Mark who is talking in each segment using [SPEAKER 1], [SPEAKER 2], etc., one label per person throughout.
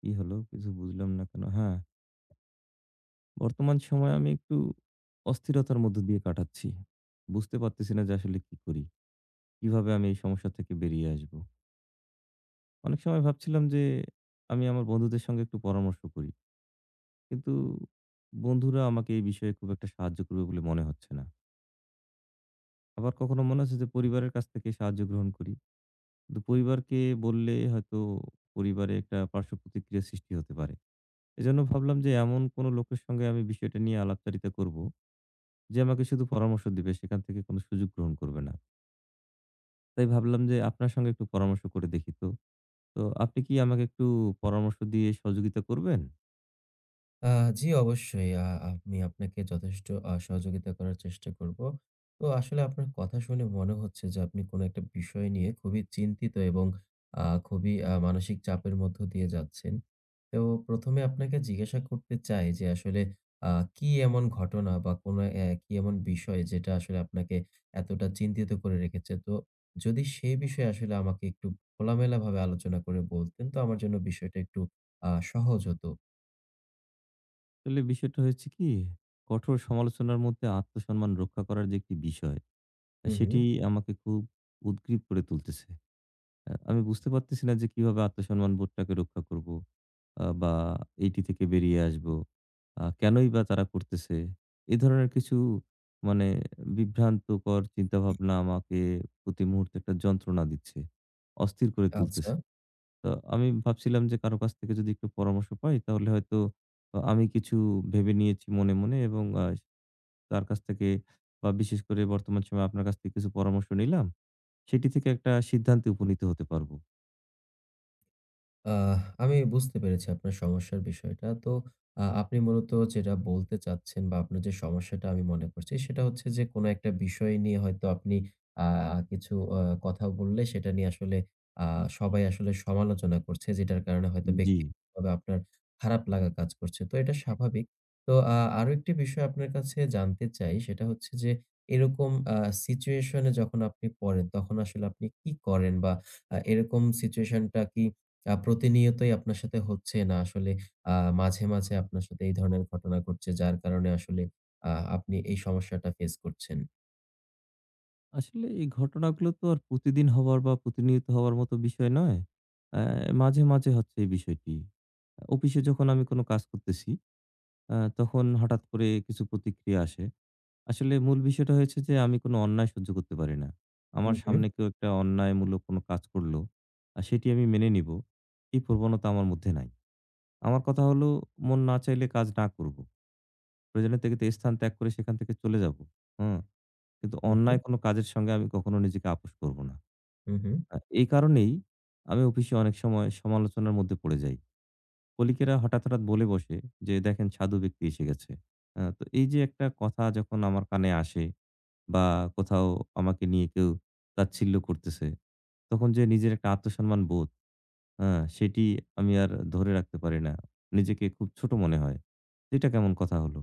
[SPEAKER 1] কি হলো? কিছু বুঝলাম না কেন? হ্যাঁ, বর্তমান সময়ে আমি একটু অস্থিরতার মধ্য দিয়ে কাটাচ্ছি। বুঝতে পারতেছি না যে আসলে কি করি? কিভাবে আমি এই সমস্যা থেকে বেরিয়ে আসবো? অনেক সময় ভাবছিলাম যে আমি আমার বন্ধুদের সঙ্গে একটু পরামর্শ করি। কিন্তু বন্ধুরা আমাকে এই বিষয়ে খুব একটা সাহায্য করবে বলে মনে হচ্ছে না। আবার কখনো মনে হচ্ছে যে পরিবারের কাছ থেকে সাহায্য গ্রহণ করি। কিন্তু পরিবারকে বললে হয়তো পরিবারে একটা পার্শ্ব প্রতিক্রিয়া সৃষ্টি হতে পারে। এজন্য ভাবলাম যে এমন কোনো লোকের সঙ্গে আমি বিষয়টা নিয়ে আলাপচারিতা করব যে আমাকে শুধু পরামর্শ দিবে, সেখান থেকে কোনো সুযোগ গ্রহণ করবে না। তাই ভাবলাম যে আপনার সঙ্গে একটু পরামর্শ করে দেখি তো। তো আপনি কি আমাকে একটু পরামর্শ দিয়ে সহযোগিতা করবেন?
[SPEAKER 2] আ জি, অবশ্যই। আমি আপনাকে যথেষ্ট সহযোগিতা করার চেষ্টা করব। তো আসলে আপনার কথা শুনে মনে হচ্ছে যে আপনি কোনো একটা বিষয় নিয়ে খুবই চিন্তিত এবং আ খুবই মানসিক চাপের মধ্য দিয়ে যাচ্ছেন। তো প্রথম এ আপনাকে জিজ্ঞাসা করতে চাই যে আসলে আ কি এমন ঘটনা বা কোনো কি এমন বিষয় যেটা আসলে আপনাকে এতটা চিন্তিত করে রেখেছে? তো যদি সেই বিষয়ে আসলে আমাকে একটু খোলামেলাভাবে আলোচনা করে বলতেন, তো আমার জন্য বিষয়টা একটু সহজ হতো।
[SPEAKER 1] আসলে বিষয়টা হয়েছে কি, কঠোর সমালোচনার মধ্যে আত্মসম্মান রক্ষা করার যে একটি বিষয়,
[SPEAKER 2] হু, হু।
[SPEAKER 1] সেটি আমাকে খুব উদগ্রীব করে তুলতেছে। আমি বুঝতে পারতেছি না যে কিভাবে আত্মসম্মান বোধটাকে রক্ষা করব বা এইটি থেকে বেরিয়ে আসব। কেনই বা তারা করতেছে? এ ধরনের কিছু মানে বিভ্রান্তকর চিন্তাভাবনা আমাকে প্রতি মুহূর্তে একটা যন্ত্রণা দিচ্ছে। অস্থির করে
[SPEAKER 2] আচ্ছা।
[SPEAKER 1] তুলতেছে। তো আমি ভাবছিলাম যে কারো কাছ থেকে যদি একটু পরামর্শ পাই তাহলে হয়তো আমি কিছু ভেবে নিয়েছি মনে এবং তার কাছ থেকে বা বিশেষ করে বর্তমান সময়ে আপনার কাছ থেকে কিছু পরামর্শ নিলাম। সেটি থেকে একটা সিদ্ধান্তে উপনীত হতে পারব।
[SPEAKER 2] আহ আমি বুঝতে পেরেছি আপনার সমস্যার বিষয়টা। তো আপনি মূলত যেটা বলতে চাচ্ছেন বা আপনার যে সমস্যাটা আমি মনে করছি সেটা হচ্ছে যে কোনো একটা বিষয় নিয়ে হয়তো আপনি আ কিছু কথা বললে সেটা নিয়ে আসলে আ সবাই আসলে সমালোচনা করছে, যেটার কারণে হয়তো
[SPEAKER 1] জি।
[SPEAKER 2] ব্যক্তিগতভাবে আপনার খারাপ লাগা কাজ করছে। তো এটা স্বাভাবিক। তো আরো একটি বিষয় আপনার কাছে জানতে চাই, সেটা হচ্ছে যে এরকম সিচুয়েশন এ যখন আপনি পড়েন তখন আসলে আপনি কি করেন, বা এরকম সিচুয়েশনটা কি প্রতিনিয়তই আপনার সাথে হচ্ছে, না আসলে আ মাঝে, মাঝে আপনার সাথে এই ধরনের ঘটনা ঘটছে যার কারণে আসলে আ আপনি এই সমস্যাটা ফেস করছেন?
[SPEAKER 1] আসলে এই ঘটনাগুলো তো আর প্রতিদিন হবার বা প্রতিনিয়ত হওয়ার মতো বিষয় নয়। অ্যা মাঝে, মাঝে হচ্ছে এই বিষয়টি। অফিসে যখন আমি কোনো কাজ করতেছি, তখন হঠাৎ করে কিছু প্রতিক্রিয়া আসে। আসলে মূল বিষয়টা হয়েছে যে আমি কোনো অন্যায় সহ্য করতে পারি না। আমার
[SPEAKER 2] হুম। হুম,
[SPEAKER 1] সামনে কেউ একটা অন্যায়মূলক কোনো কাজ করলো, সেটি আমি মেনে নিবো, এই প্রবণতা আমার মধ্যে নাই। আমার কথা হলো মন না চাইলে কাজ না করবো। প্রয়োজনের থেকে তে স্থান ত্যাগ করে সেখান থেকে চলে যাবো। হুম। কিন্তু
[SPEAKER 2] হু, হু,
[SPEAKER 1] অন্যায় কোনো কাজের সঙ্গে আমি কখনো নিজেকে আপোস করব না।
[SPEAKER 2] হু, হু।
[SPEAKER 1] এই কারণেই আমি অফিসে অনেক সময় সমালোচনার মধ্যে পড়ে যাই। কলিগেরা হঠাৎ, হঠাৎ বলে বসে যে, "দেখেন সাধু ব্যক্তি এসে গেছে।" তো এই যে একটা কথা যখন আমার কানে আসে বা কোথাও আমাকে নিয়ে কেউ তাচ্ছিল্য করতেছে, তখন যে নিজের একটা আত্মসম্মান বোধ, আ সেটি আমি আর ধরে রাখতে পারি না। নিজেকে খুব ছোট মনে হয়। এটা কেমন কথা হলো?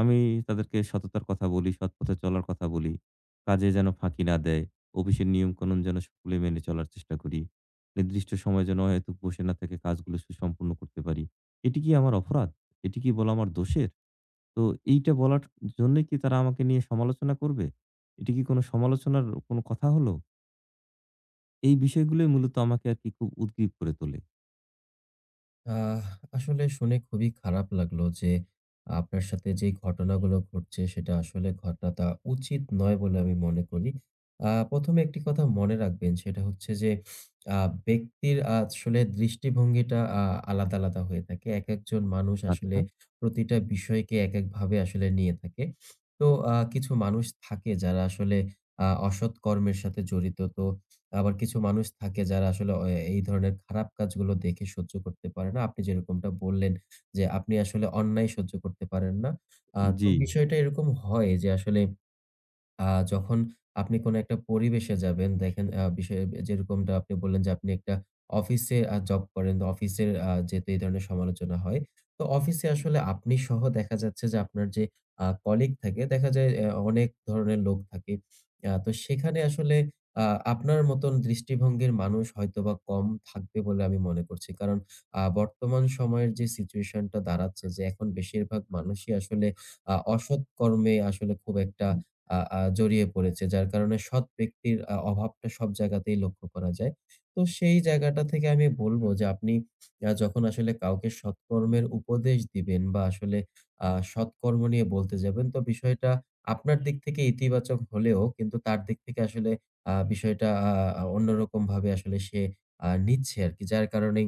[SPEAKER 1] আমি তাদেরকে সততার কথা বলি, সৎ পথে চলার কথা বলি। কাজে যেন ফাঁকি না দেয়। অফিসের নিয়মকানুন যেন সকলে মেনে চলার চেষ্টা করি। নির্দিষ্ট সময় যেন অহেতুক বসে না থেকে কাজগুলো সুসম্পূর্ণ করতে পারি। এটি কি আমার অপরাধ? এটি কি বলা আমার দোষের? তো এইটা বলার জন্যই কি তারা আমাকে নিয়ে সমালোচনা করবে? এটি কি কোনো সমালোচনার কোনো কথা হলো? এই বিষয়গুলোই মূলত আমাকে আরকি খুব উদ্গ্রীব করে তোলে।
[SPEAKER 2] আহ আসলে শুনে খুবই খারাপ লাগলো যে আপনার সাথে যে ঘটনাগুলো ঘটছে সেটা আসলে ঘটাটা উচিত নয় বলে আমি মনে করি। প্রথমে একটি কথা মনে রাখবেন, সেটা হচ্ছে যে ব্যক্তির আসলে দৃষ্টিভঙ্গিটা আলাদা আলাদা হয়ে থাকে। একেকজন মানুষ আসলে
[SPEAKER 1] আচ্ছা।
[SPEAKER 2] প্রতিটা বিষয়কে একেকভাবে আসলে নিয়ে থাকে। তো কিছু মানুষ থাকে যারা আসলে অসৎ কর্মের সাথে জড়িত। তো আবার কিছু মানুষ থাকে যারা আসলে এই ধরনের খারাপ কাজগুলো দেখে সহ্য করতে পারে না। আপনি যেরকমটা বললেন যে আপনি আসলে অন্যায় সহ্য করতে পারেন না।
[SPEAKER 1] জি,
[SPEAKER 2] তো বিষয়টা এরকম হয় যে আসলে আ যখন আপনি কোনো একটা পরিবেশে যাবেন, দেখেন বিষয় যেরকমটা আপনি বললেন যে আপনি একটা অফিসে জব করেন। তো অফিসের যেহেতু এই ধরনের সমালোচনা হয়। তো অফিসে আসলে আপনি সহ দেখা যাচ্ছে যে আপনার যে কলিগ থাকে, দেখা যায় অনেক ধরনের লোক থাকে। তো সেখানে আসলে আ আপনার মতন দৃষ্টিভঙ্গির মানুষ হয়তোবা কম থাকবে বলে আমি মনে করছি। কারণ বর্তমান সময়ের যে সিচুয়েশনটা দাঁড়াচ্ছে, যে এখন বেশিরভাগ মানুষই আসলে অসৎ কর্মে আসলে খুব একটা আ আ জড়িয়ে পড়েছে। যার কারণে সৎ ব্যক্তির অভাবটা সব জায়গাতেই লক্ষ্য করা যায়। তো সেই জায়গাটা থেকে আমি বলব যে আপনি যখন আসলে কাউকে সৎকর্মের উপদেশ দিবেন বা আসলে আ সৎকর্ম নিয়ে বলতে যাবেন, তো বিষয়টা আপনার দিক থেকে ইতিবাচক হলেও কিন্তু তার দিক থেকে আসলে বিষয়টা আ আ অন্যরকমভাবে আসলে সে নিচ্ছে আরকি। যার কারণেই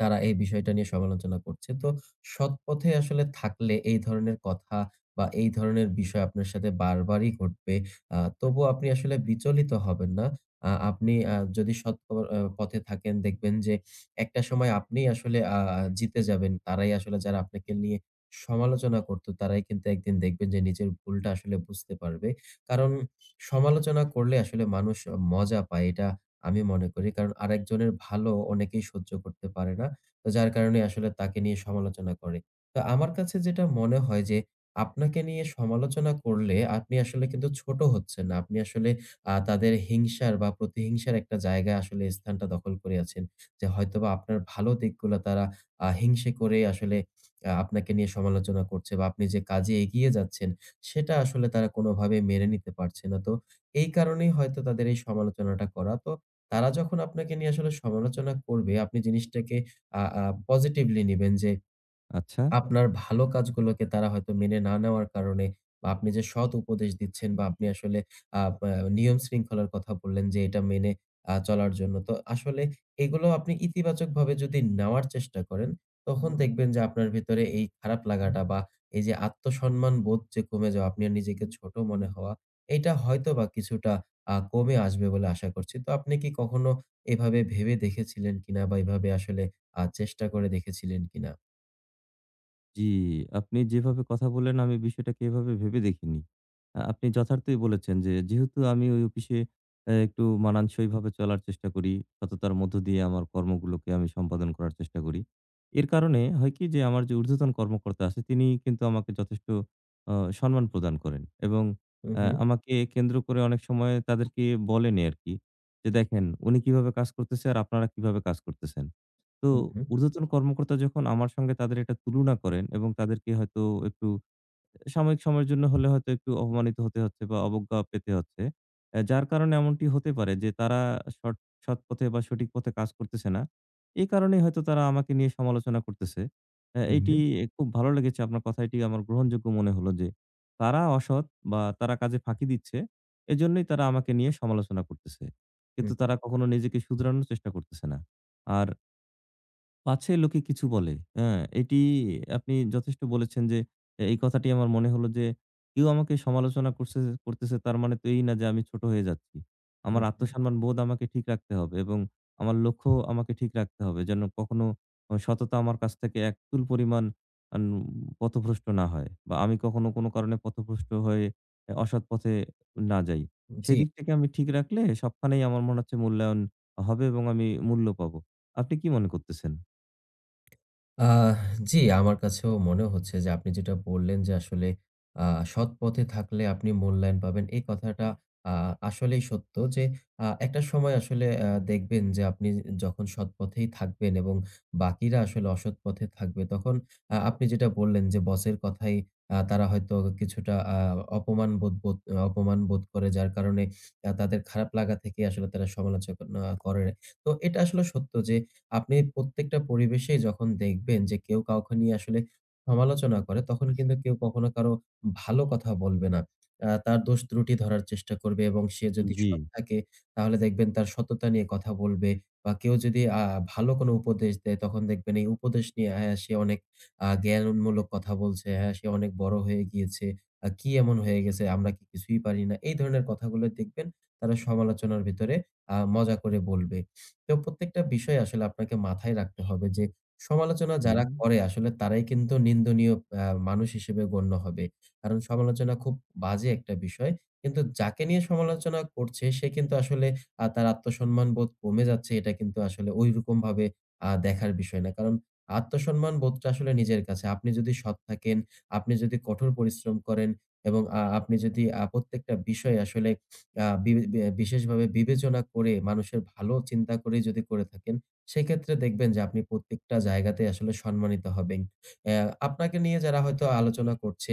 [SPEAKER 2] তারা এই বিষয়টা নিয়ে সমালোচনা করছে। তো সৎ পথে আসলে থাকলে এই ধরনের কথা বা এই ধরনের বিষয় আপনার সাথে বারবারই ঘটবে। তবুও আপনি আসলে বিচলিত হবেন না। আপনি যদি সৎ প আ পথে থাকেন দেখবেন যে একটা সময় আপনিই আসলে জিতে যাবেন। তারাই আসলে যারা আপনাকে নিয়ে সমালোচনা করত তারাই কিন্তু একদিন দেখবেন যে নিজের ভুলটা আসলে বুঝতে পারবে। কারণ সমালোচনা করলে আসলে মানুষ মজা পায়। এটা আমি মনে করি। কারণ আরেকজনের ভালো অনেকেই সহ্য করতে পারে না। তো যার কারণে আসলে তাকে নিয়ে সমালোচনা করে। তো আমার কাছে যেটা মনে হয় যে, আপনাকে নিয়ে সমালোচনা করলে আপনি আসলে কিন্তু ছোট হচ্ছেন না। আপনি আসলে তাদের হিংসার বা প্রতিহিংসার একটা জায়গায় আসলে স্থানটা দখল করে আছেন। যে হয়তোবা আপনার ভালো দিকগুলা তারা হিংসে করে আসলে আপনাকে নিয়ে সমালোচনা করছে, বা আপনি যে কাজে এগিয়ে যাচ্ছেন সেটা আসলে তারা কোনোভাবে মেনে নিতে পারছে না। তো এই কারণেই হয়তো তাদের এই সমালোচনাটা করা। তো তারা যখন আপনাকে নিয়ে আসলে সমালোচনা করবে, আপনি জিনিসটাকে আ আ পজিটিভলি নিবেন যে
[SPEAKER 1] আচ্ছা।
[SPEAKER 2] আপনার ভালো কাজগুলোকে তারা হয়তো মেনে না নেওয়ার কারণে, বা আপনি যে সৎ উপদেশ দিচ্ছেন বা আপনি আসলে বা নিয়ম শৃঙ্খলার কথা বললেন যে এটা মেনে চলার জন্য। তো আসলে এগুলো আপনি ইতিবাচকভাবে যদি নেওয়ার চেষ্টা করেন, তখন দেখবেন যে আপনার ভেতরে এই খারাপ লাগাটা বা এই যে আত্মসম্মান বোধ যে কমে যাওয়া, আপনি আর নিজেকে ছোট মনে হওয়া, এটা হয়তোবা কিছুটা কমে আসবে বলে আশা করছি। তো আপনি কি কখনো এভাবে ভেবে দেখেছিলেন কিনা, বা এভাবে আসলে চেষ্টা করে দেখেছিলেন কিনা?
[SPEAKER 1] জি, আপনি যেভাবে কথা বললেন আমি বিষয়টাকে এভাবে ভেবে দেখিনি। আপনি যথার্থই বলেছেন যে যেহেতু আমি ওই অফিসে একটু মানানসইভাবে চলার চেষ্টা করি, সততার মধ্য দিয়ে আমার কর্মগুলোকে আমি সম্পাদন করার চেষ্টা করি। এর কারণে হয় কি যে আমার যে ঊর্ধ্বতন কর্মকর্তা আছে তিনি কিন্তু আমাকে যথেষ্ট অ সম্মান প্রদান করেন এবং
[SPEAKER 2] হু, হু।
[SPEAKER 1] আমাকে কেন্দ্র করে অনেক সময় তাদেরকে বলেনই আরকি যে, "দেখেন উনি কিভাবে কাজ করতেছে আর আপনারা কিভাবে কাজ করতেছেন।" তো
[SPEAKER 2] হু, হু,
[SPEAKER 1] ঊর্ধ্বতন কর্মকর্তা যখন আমার সঙ্গে তাদের একটা তুলনা করেন এবং তাদেরকে হয়তো একটু সাময়িক সময়ের জন্য হলে হয়তো একটু অপমানিত হতে হচ্ছে বা অবজ্ঞা পেতে হচ্ছে। যার কারণে এমনটি হতে পারে যে তারা সৎ সৎ পথে বা সঠিক পথে কাজ করতেছে না। এই কারণেই হয়তো তারা আমাকে নিয়ে সমালোচনা করতেছে।
[SPEAKER 2] হু, হু,
[SPEAKER 1] এইটি খুব ভালো লেগেছে আপনার কথা, এটি আমার গ্রহণযোগ্য মনে হলো যে তারা অসৎ বা তারা কাজে ফাঁকি দিচ্ছে। এজন্যই তারা আমাকে নিয়ে সমালোচনা করতেছে।
[SPEAKER 2] হু,
[SPEAKER 1] কিন্তু তারা কখনো নিজেকে শুধরানোর চেষ্টা করতেছে না। আর পাছে লোকে কিছু বলে। হ্যাঁ, এটি আপনি যথেষ্ট বলেছেন যে, এই কথাটি আমার মনে হলো যে, কেউ আমাকে সমালোচনা করতেছে তার মানে তো এই না যে আমি ছোট হয়ে যাচ্ছি।
[SPEAKER 2] হু,
[SPEAKER 1] আমার
[SPEAKER 2] হু।
[SPEAKER 1] আত্মসম্মান বোধ আমাকে ঠিক রাখতে হবে এবং আমার লক্ষ্য আমাকে ঠিক রাখতে হবে। যেন কখনো সততা আমার কাছ থেকে এক চুল পরিমাণ আন পথভ্রষ্ট না হয় বা আমি কখনো কোনো কারণে পথভ্রষ্ট হয়ে অসৎ পথে না যাই।
[SPEAKER 2] জি।
[SPEAKER 1] সেদিক থেকে আমি ঠিক রাখলে সবখানেই আমার মনে হচ্ছে মূল্যায়ন হবে এবং আমি মূল্য পাবো। আপনি কি মনে করতেছেন?
[SPEAKER 2] আহ জি, আমার কাছেও মনে হচ্ছে যে আপনি যেটা বললেন যে আসলে আ সৎ পথে থাকলে আপনি মূল্যায়ন পাবেন। এই কথাটা আ আসলেই সত্য যে একটা সময় আসলে দেখবেন যে আপনি যখন সৎ পথেই থাকবেন এবং বাকিরা আসলে অসৎ পথে থাকবে, তখন আপনি যেটা বললেন যে বসের কথায় তারা হয়তো কিছুটা অপমান বোধ বোধ অপমান বোধ করে, যার কারণে তাদের খারাপ লাগা থেকে আসলে তারা সমালোচনা করে। তো এটা আসলে সত্য যে আপনি প্রত্যেকটা পরিবেশেই যখন দেখবেন যে কেউ কাউকে নিয়ে আসলে সমালোচনা করে, তখন কিন্তু কেউ কখনো কারো ভালো কথা বলবে না। তার দোষ ত্রুটি ধরার চেষ্টা করবে, এবং সে যদি
[SPEAKER 1] জি,
[SPEAKER 2] সৎ থাকে তাহলে দেখবেন তার সততা নিয়ে কথা বলবে, বা কেউ যদি ভালো কোনো উপদেশ দেয় তখন দেখবেন এই উপদেশ নিয়ে হ্যাঁ, সে অনেক জ্ঞানমূলক কথা বলছে, হ্যাঁ, সে অনেক বড় হয়ে গিয়েছে। কি এমন হয়ে গেছে, আমরা কি কিছুই পারি না? এই ধরনের কথাগুলো দেখবেন তারা সমালোচনার ভিতরে মজা করে বলবে। তো প্রত্যেকটা বিষয় আসলে আপনাকে মাথায় রাখতে হবে যে সমালোচনা যারা
[SPEAKER 1] হুম।
[SPEAKER 2] করে আসলে তারাই কিন্তু নিন্দনীয় মানুষ হিসেবে গণ্য হবে। কারণ সমালোচনা খুব বাজে একটা বিষয়। কিন্তু যাকে নিয়ে সমালোচনা করছে সে কিন্তু আসলে তার আত্মসম্মান বোধ কমে যাচ্ছে, এটা কিন্তু আসলে ঐরকমভাবে দেখার বিষয় না। কারণ আত্মসম্মান বোধটা আসলে নিজের কাছে। আপনি যদি সৎ থাকেন, আপনি যদি কঠোর পরিশ্রম করেন এবং আপনি যদি প্রত্যেকটা বিষয় আসলে আ বি বি বিশেষভাবে বিবেচনা করে মানুষের ভালো চিন্তা করে যদি করে থাকেন, সেক্ষেত্রে দেখবেন যে আপনি প্রত্যেকটা জায়গাতেই আসলে সম্মানিত হবেন। আপনাকে নিয়ে যারা হয়তো আলোচনা করছে,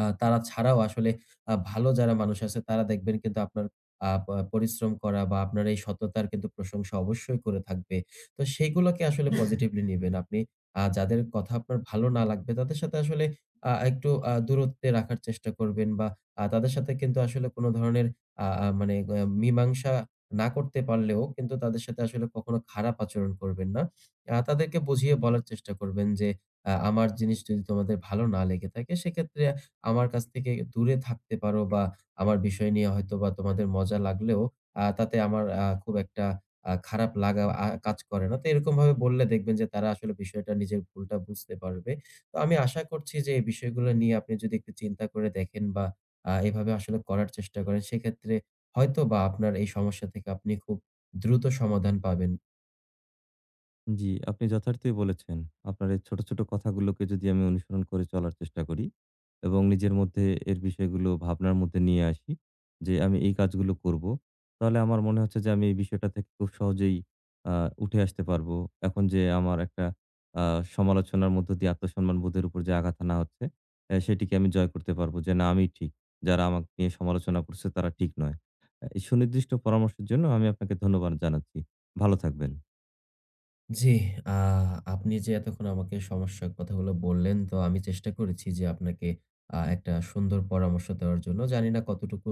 [SPEAKER 2] তারা ছাড়াও আসলে ভালো যারা মানুষ আছে তারা দেখবেন কিন্তু আপনার আ প পরিশ্রম করা বা আপনার এই সততার কিন্তু প্রশংসা অবশ্যই করে থাকবে। তো সেইগুলোকে আসলে পজিটিভলি নিবেন। আপনি যাদের কথা আপনার ভালো না লাগবে তাদের সাথে আসলে একটু দূরত্বে রাখার চেষ্টা করবেন, বা তাদের সাথে কিন্তু আসলে কোন ধরনের আ আ মানে মীমাংসা না করতে পারলেও কিন্তু তাদের সাথে আসলে কখনো খারাপ আচরণ করবেন না। তাদেরকে বুঝিয়ে বলার চেষ্টা করবেন যে, আমার জিনিস যদি তোমাদের ভালো না লেগে থাকে সেক্ষেত্রে আমার কাছ থেকে দূরে থাকতে পারো, বা আমার বিষয় নিয়ে হয়তোবা তোমাদের মজা লাগলেও তাতে আমার খুব একটা খারাপ লাগা কাজ করে না। তো এরকমভাবে বললে দেখবেন যে তারা আসলে বিষয়টা, নিজের ভুলটা বুঝতে পারবে। তো আমি আশা করছি যে এই বিষয়গুলো নিয়ে আপনি যদি একটু চিন্তা করে দেখেন, বা এভাবে আসলে করার চেষ্টা করেন, সেক্ষেত্রে হয়তোবা আপনার এই সমস্যা থেকে আপনি খুব দ্রুত সমাধান পাবেন।
[SPEAKER 1] জি, আপনি যথার্থই বলেছেন। আপনার এই ছোট, ছোট কথাগুলোকে যদি আমি অনুসরণ করে চলার চেষ্টা করি এবং নিজের মধ্যে এর বিষয়গুলো ভাবনার মধ্যে নিয়ে আসি যে, আমি এই কাজগুলো করব। তাহলে আমার মনে হচ্ছে যে, আমি এই বিষয়টা থেকে খুব সহজেই আ উঠে আসতে পারবো। এখন যে আমার একটা আ সমালোচনার মধ্য দিয়ে আত্মসম্মানবোধের উপর যে আঘাত আনা হচ্ছে, সেটিকে আমি জয় করতে পারবো যে, "না, আমিই ঠিক। যারা আমাকে নিয়ে সমালোচনা করছে, তারা ঠিক নয়।" এই সুনির্দিষ্ট পরামর্শের জন্য আমি আপনাকে ধন্যবাদ জানাচ্ছি। ভালো থাকবেন।
[SPEAKER 2] জি, আ আপনি যে এতক্ষণ আমাকে সমস্যার কথাগুলো বললেন, তো আমি চেষ্টা করেছি যে আপনাকে একটা সুন্দর পরামর্শ দেওয়ার জন্য। জানি না কতটুকু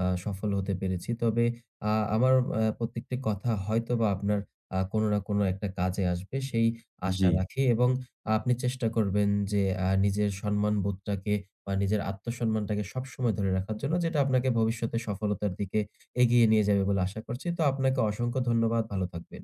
[SPEAKER 2] সফল হতে পেরেছি। তবে আমার প্রত্যেকটি কথা হয়তোবা আপনার কোনো না কোনো একটা কাজে আসবে, সেই আশা
[SPEAKER 1] জি।
[SPEAKER 2] রাখি। এবং আপনি চেষ্টা করবেন যে নিজের সম্মানবোধটাকে বা নিজের আত্মসম্মানটাকে সবসময় ধরে রাখার জন্য, যেটা আপনাকে ভবিষ্যতে সফলতার দিকে এগিয়ে নিয়ে যাবে বলে আশা করছি। তো আপনাকে অসংখ্য ধন্যবাদ। ভালো থাকবেন।